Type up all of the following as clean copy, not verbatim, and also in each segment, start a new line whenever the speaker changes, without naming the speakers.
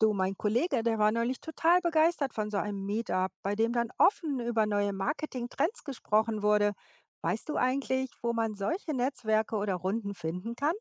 Du, mein Kollege, der war neulich total begeistert von so einem Meetup, bei dem dann offen über neue Marketing-Trends gesprochen wurde. Weißt du eigentlich, wo man solche Netzwerke oder Runden finden kann?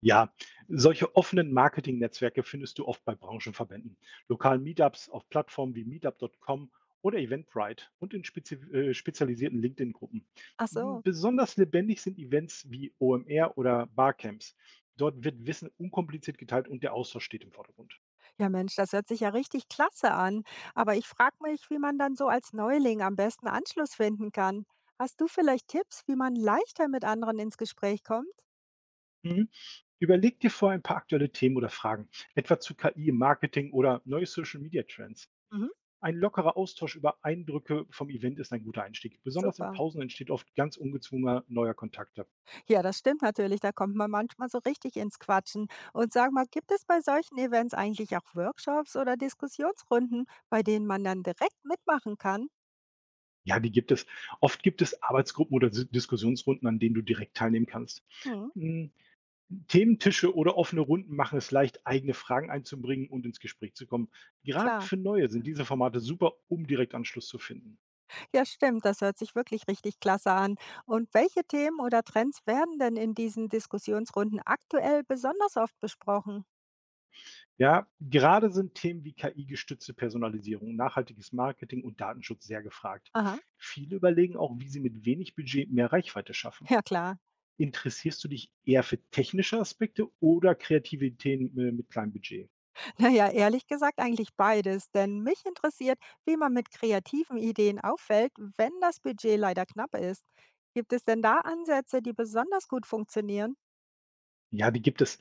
Ja, solche offenen Marketing-Netzwerke findest du oft bei Branchenverbänden, lokalen Meetups auf Plattformen wie meetup.com oder Eventbrite und in spezialisierten LinkedIn-Gruppen.
Ach so,
Besonders lebendig sind Events wie OMR oder Barcamps. Dort wird Wissen unkompliziert geteilt und der Austausch steht im Vordergrund.
ja Mensch, das hört sich ja richtig klasse an. Aber ich frage mich, wie man dann so als Neuling am besten Anschluss finden kann. Hast du vielleicht Tipps, wie man leichter mit anderen ins Gespräch kommt?
Mhm. Überleg dir vorher ein paar aktuelle Themen oder Fragen, etwa zu KI im Marketing oder neue Social-Media-Trends.
Mhm,
Ein lockerer Austausch über Eindrücke vom Event ist ein guter Einstieg. Besonders in
super.
Pausen entsteht oft ganz ungezwungener neuer Kontakte.
Ja, das stimmt natürlich. Da kommt man manchmal so richtig ins Quatschen. Und sag mal, gibt es bei solchen Events eigentlich auch Workshops oder Diskussionsrunden, bei denen man dann direkt mitmachen kann?
Ja, die gibt es. Oft gibt es Arbeitsgruppen oder Diskussionsrunden, an denen du direkt teilnehmen kannst.
Hm,
Mm, Thementische oder offene Runden machen es leicht, eigene Fragen einzubringen und ins Gespräch zu kommen. Gerade
klar.
für Neue sind diese Formate super, um direkt Anschluss zu finden.
Ja, stimmt. Das hört sich wirklich richtig klasse an. Und welche Themen oder Trends werden denn in diesen Diskussionsrunden aktuell besonders oft besprochen?
Ja, gerade sind Themen wie KI-gestützte Personalisierung, nachhaltiges Marketing und Datenschutz sehr gefragt.
Aha.
Viele überlegen auch, wie sie mit wenig Budget mehr Reichweite schaffen.
Ja, klar.
Interessierst du dich eher für technische Aspekte oder Kreativität mit kleinem Budget?
Naja, ehrlich gesagt eigentlich beides, denn mich interessiert, wie man mit kreativen Ideen auffällt, wenn das Budget leider knapp ist. Gibt es denn da Ansätze, die besonders gut funktionieren?
Ja, die gibt es.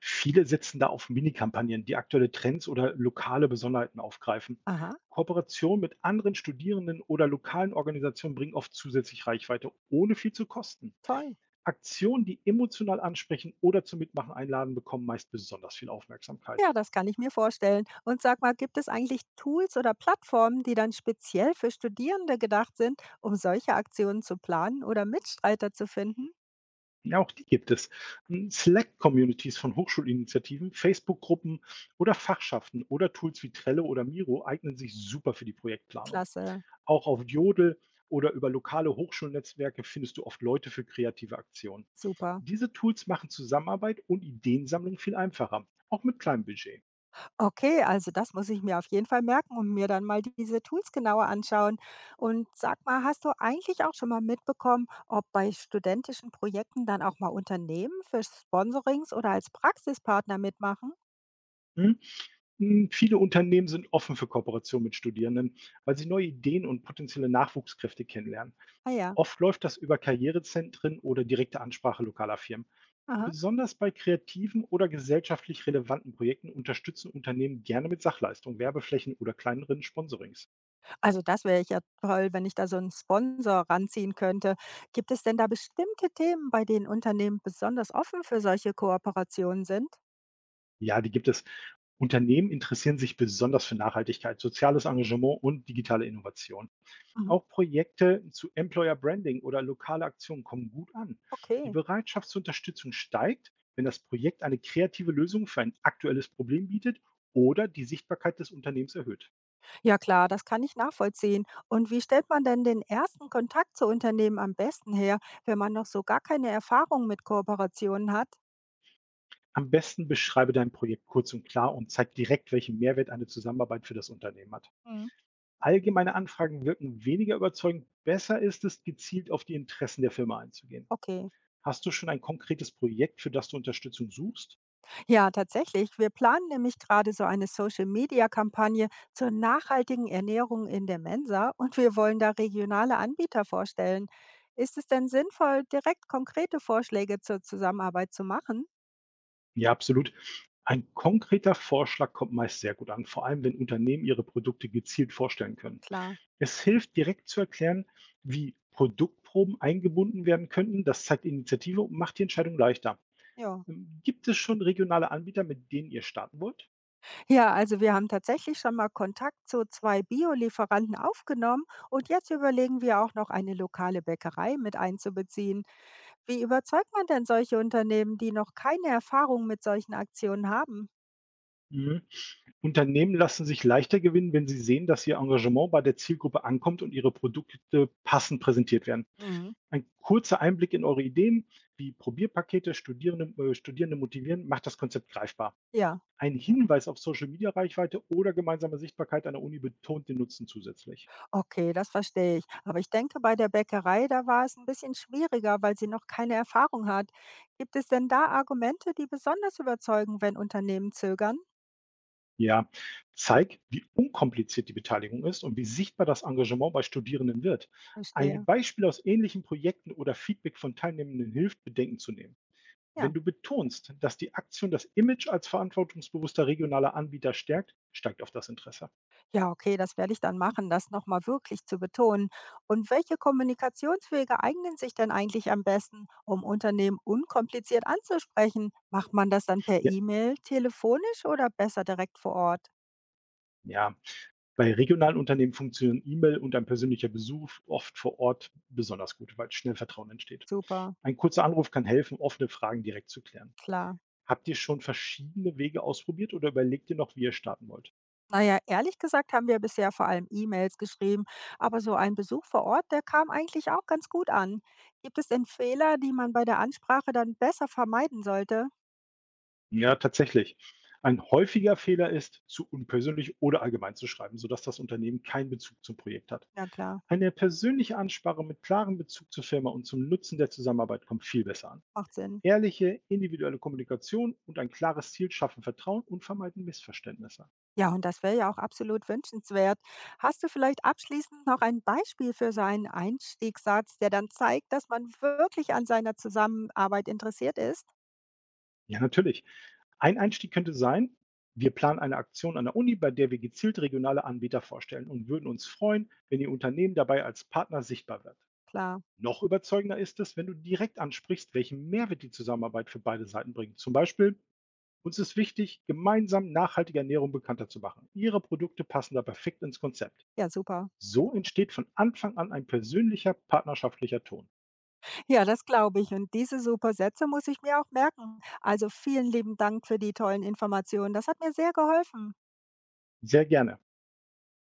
Viele setzen da auf Minikampagnen, die aktuelle Trends oder lokale Besonderheiten aufgreifen.
Aha,
Kooperation mit anderen Studierenden oder lokalen Organisationen bringen oft zusätzlich Reichweite, ohne viel zu kosten.
toll.
Aktionen, die emotional ansprechen oder zum Mitmachen einladen, bekommen meist besonders viel Aufmerksamkeit.
Ja, das kann ich mir vorstellen. Und sag mal, gibt es eigentlich Tools oder Plattformen, die dann speziell für Studierende gedacht sind, um solche Aktionen zu planen oder Mitstreiter zu finden?
Ja, auch die gibt es. Slack-Communities von Hochschulinitiativen, Facebook-Gruppen oder Fachschaften oder Tools wie Trello oder Miro eignen sich super für die Projektplanung.
Klasse,
Auch auf Jodel oder über lokale Hochschulnetzwerke findest du oft Leute für kreative Aktionen.
super.
Diese Tools machen Zusammenarbeit und Ideensammlung viel einfacher, auch mit kleinem Budget.
Okay, also das muss ich mir auf jeden Fall merken und mir dann mal diese Tools genauer anschauen. Und sag mal, hast du eigentlich auch schon mal mitbekommen, ob bei studentischen Projekten dann auch mal Unternehmen für Sponsorings oder als Praxispartner mitmachen?
Hm? Viele Unternehmen sind offen für Kooperation mit Studierenden, weil sie neue Ideen und potenzielle Nachwuchskräfte kennenlernen.
Ah ja.
Oft läuft das über Karrierezentren oder direkte Ansprache lokaler Firmen.
Aha.
Besonders bei kreativen oder gesellschaftlich relevanten Projekten unterstützen Unternehmen gerne mit Sachleistungen, Werbeflächen oder kleineren Sponsorings.
Also das wäre ja toll, wenn ich da so einen Sponsor ranziehen könnte. Gibt es denn da bestimmte Themen, bei denen Unternehmen besonders offen für solche Kooperationen sind?
Ja, die gibt es. Unternehmen interessieren sich besonders für Nachhaltigkeit, soziales Engagement und digitale Innovation.
Mhm.
Auch Projekte zu Employer Branding oder lokale Aktionen kommen gut an. Die
Okay.
Bereitschaft zur Unterstützung steigt, wenn das Projekt eine kreative Lösung für ein aktuelles Problem bietet oder die Sichtbarkeit des Unternehmens erhöht.
Ja klar, das kann ich nachvollziehen. Und wie stellt man denn den ersten Kontakt zu Unternehmen am besten her, wenn man noch so gar keine Erfahrung mit Kooperationen hat?
Am besten beschreibe dein Projekt kurz und klar und zeig direkt, welchen Mehrwert eine Zusammenarbeit für das Unternehmen hat.
Mhm.
Allgemeine Anfragen wirken weniger überzeugend. Besser ist es, gezielt auf die Interessen der Firma einzugehen.
Okay.
Hast du schon ein konkretes Projekt, für das du Unterstützung suchst?
Ja, tatsächlich. Wir planen nämlich gerade so eine Social-Media-Kampagne zur nachhaltigen Ernährung in der Mensa und wir wollen da regionale Anbieter vorstellen. Ist es denn sinnvoll, direkt konkrete Vorschläge zur Zusammenarbeit zu machen?
Ja, absolut. Ein konkreter Vorschlag kommt meist sehr gut an, vor allem wenn Unternehmen ihre Produkte gezielt vorstellen können.
Klar,
Es hilft direkt zu erklären, wie Produktproben eingebunden werden könnten. Das zeigt Initiative und macht die Entscheidung leichter.
ja.
Gibt es schon regionale Anbieter, mit denen ihr starten wollt?
Ja, also wir haben tatsächlich schon mal Kontakt zu 2 Biolieferanten aufgenommen und jetzt überlegen wir auch noch eine lokale Bäckerei mit einzubeziehen. Wie überzeugt man denn solche Unternehmen, die noch keine Erfahrung mit solchen Aktionen haben?
Mhm. Unternehmen lassen sich leichter gewinnen, wenn sie sehen, dass ihr Engagement bei der Zielgruppe ankommt und ihre Produkte passend präsentiert werden.
Mhm.
Ein kurzer Einblick in eure Ideen, wie Probierpakete Studierende motivieren, macht das Konzept greifbar.
Ja,
Ein Hinweis auf Social-Media-Reichweite oder gemeinsame Sichtbarkeit einer Uni betont den Nutzen zusätzlich.
okay, das verstehe ich. Aber ich denke, bei der Bäckerei, da war es ein bisschen schwieriger, weil sie noch keine Erfahrung hat. Gibt es denn da Argumente, die besonders überzeugen, wenn Unternehmen zögern?
Ja, zeig, wie unkompliziert die Beteiligung ist und wie sichtbar das Engagement bei Studierenden wird. Ein
Verstehe.
Beispiel aus ähnlichen Projekten oder Feedback von Teilnehmenden hilft, Bedenken zu nehmen.
Ja.
Wenn du betonst, dass die Aktion das Image als verantwortungsbewusster regionaler Anbieter stärkt, steigt auch das Interesse.
Ja, okay, das werde ich dann machen, das nochmal wirklich zu betonen. Und welche Kommunikationswege eignen sich denn eigentlich am besten, um Unternehmen unkompliziert anzusprechen? Macht man das dann per
Ja,
E-Mail, telefonisch oder besser direkt vor Ort?
ja. Bei regionalen Unternehmen funktionieren E-Mail und ein persönlicher Besuch oft vor Ort besonders gut, weil schnell Vertrauen entsteht.
Super,
Ein kurzer Anruf kann helfen, offene Fragen direkt zu klären.
klar.
Habt ihr schon verschiedene Wege ausprobiert oder überlegt ihr noch, wie ihr starten wollt?
Naja, ehrlich gesagt haben wir bisher vor allem E-Mails geschrieben, aber so ein Besuch vor Ort, der kam eigentlich auch ganz gut an. Gibt es denn Fehler, die man bei der Ansprache dann besser vermeiden sollte?
Ja, tatsächlich. Ein häufiger Fehler ist, zu unpersönlich oder allgemein zu schreiben, sodass das Unternehmen keinen Bezug zum Projekt hat.
Ja klar,
Eine persönliche Ansprache mit klarem Bezug zur Firma und zum Nutzen der Zusammenarbeit kommt viel besser an.
macht Sinn.
Ehrliche, individuelle Kommunikation und ein klares Ziel schaffen Vertrauen und vermeiden Missverständnisse.
Ja, und das wäre ja auch absolut wünschenswert. Hast du vielleicht abschließend noch ein Beispiel für so einen Einstiegssatz, der dann zeigt, dass man wirklich an seiner Zusammenarbeit interessiert ist?
Ja, natürlich. Ein Einstieg könnte sein, wir planen eine Aktion an der Uni, bei der wir gezielt regionale Anbieter vorstellen und würden uns freuen, wenn Ihr Unternehmen dabei als Partner sichtbar wird.
Klar.
Noch überzeugender ist es, wenn du direkt ansprichst, welchen Mehrwert die Zusammenarbeit für beide Seiten bringt. Zum Beispiel, uns ist wichtig, gemeinsam nachhaltige Ernährung bekannter zu machen. Ihre Produkte passen da perfekt ins Konzept.
Ja, super.
So entsteht von Anfang an ein persönlicher, partnerschaftlicher Ton.
Ja, das glaube ich. Und diese super Sätze muss ich mir auch merken. Also vielen lieben Dank für die tollen Informationen. Das hat mir sehr geholfen.
Sehr gerne.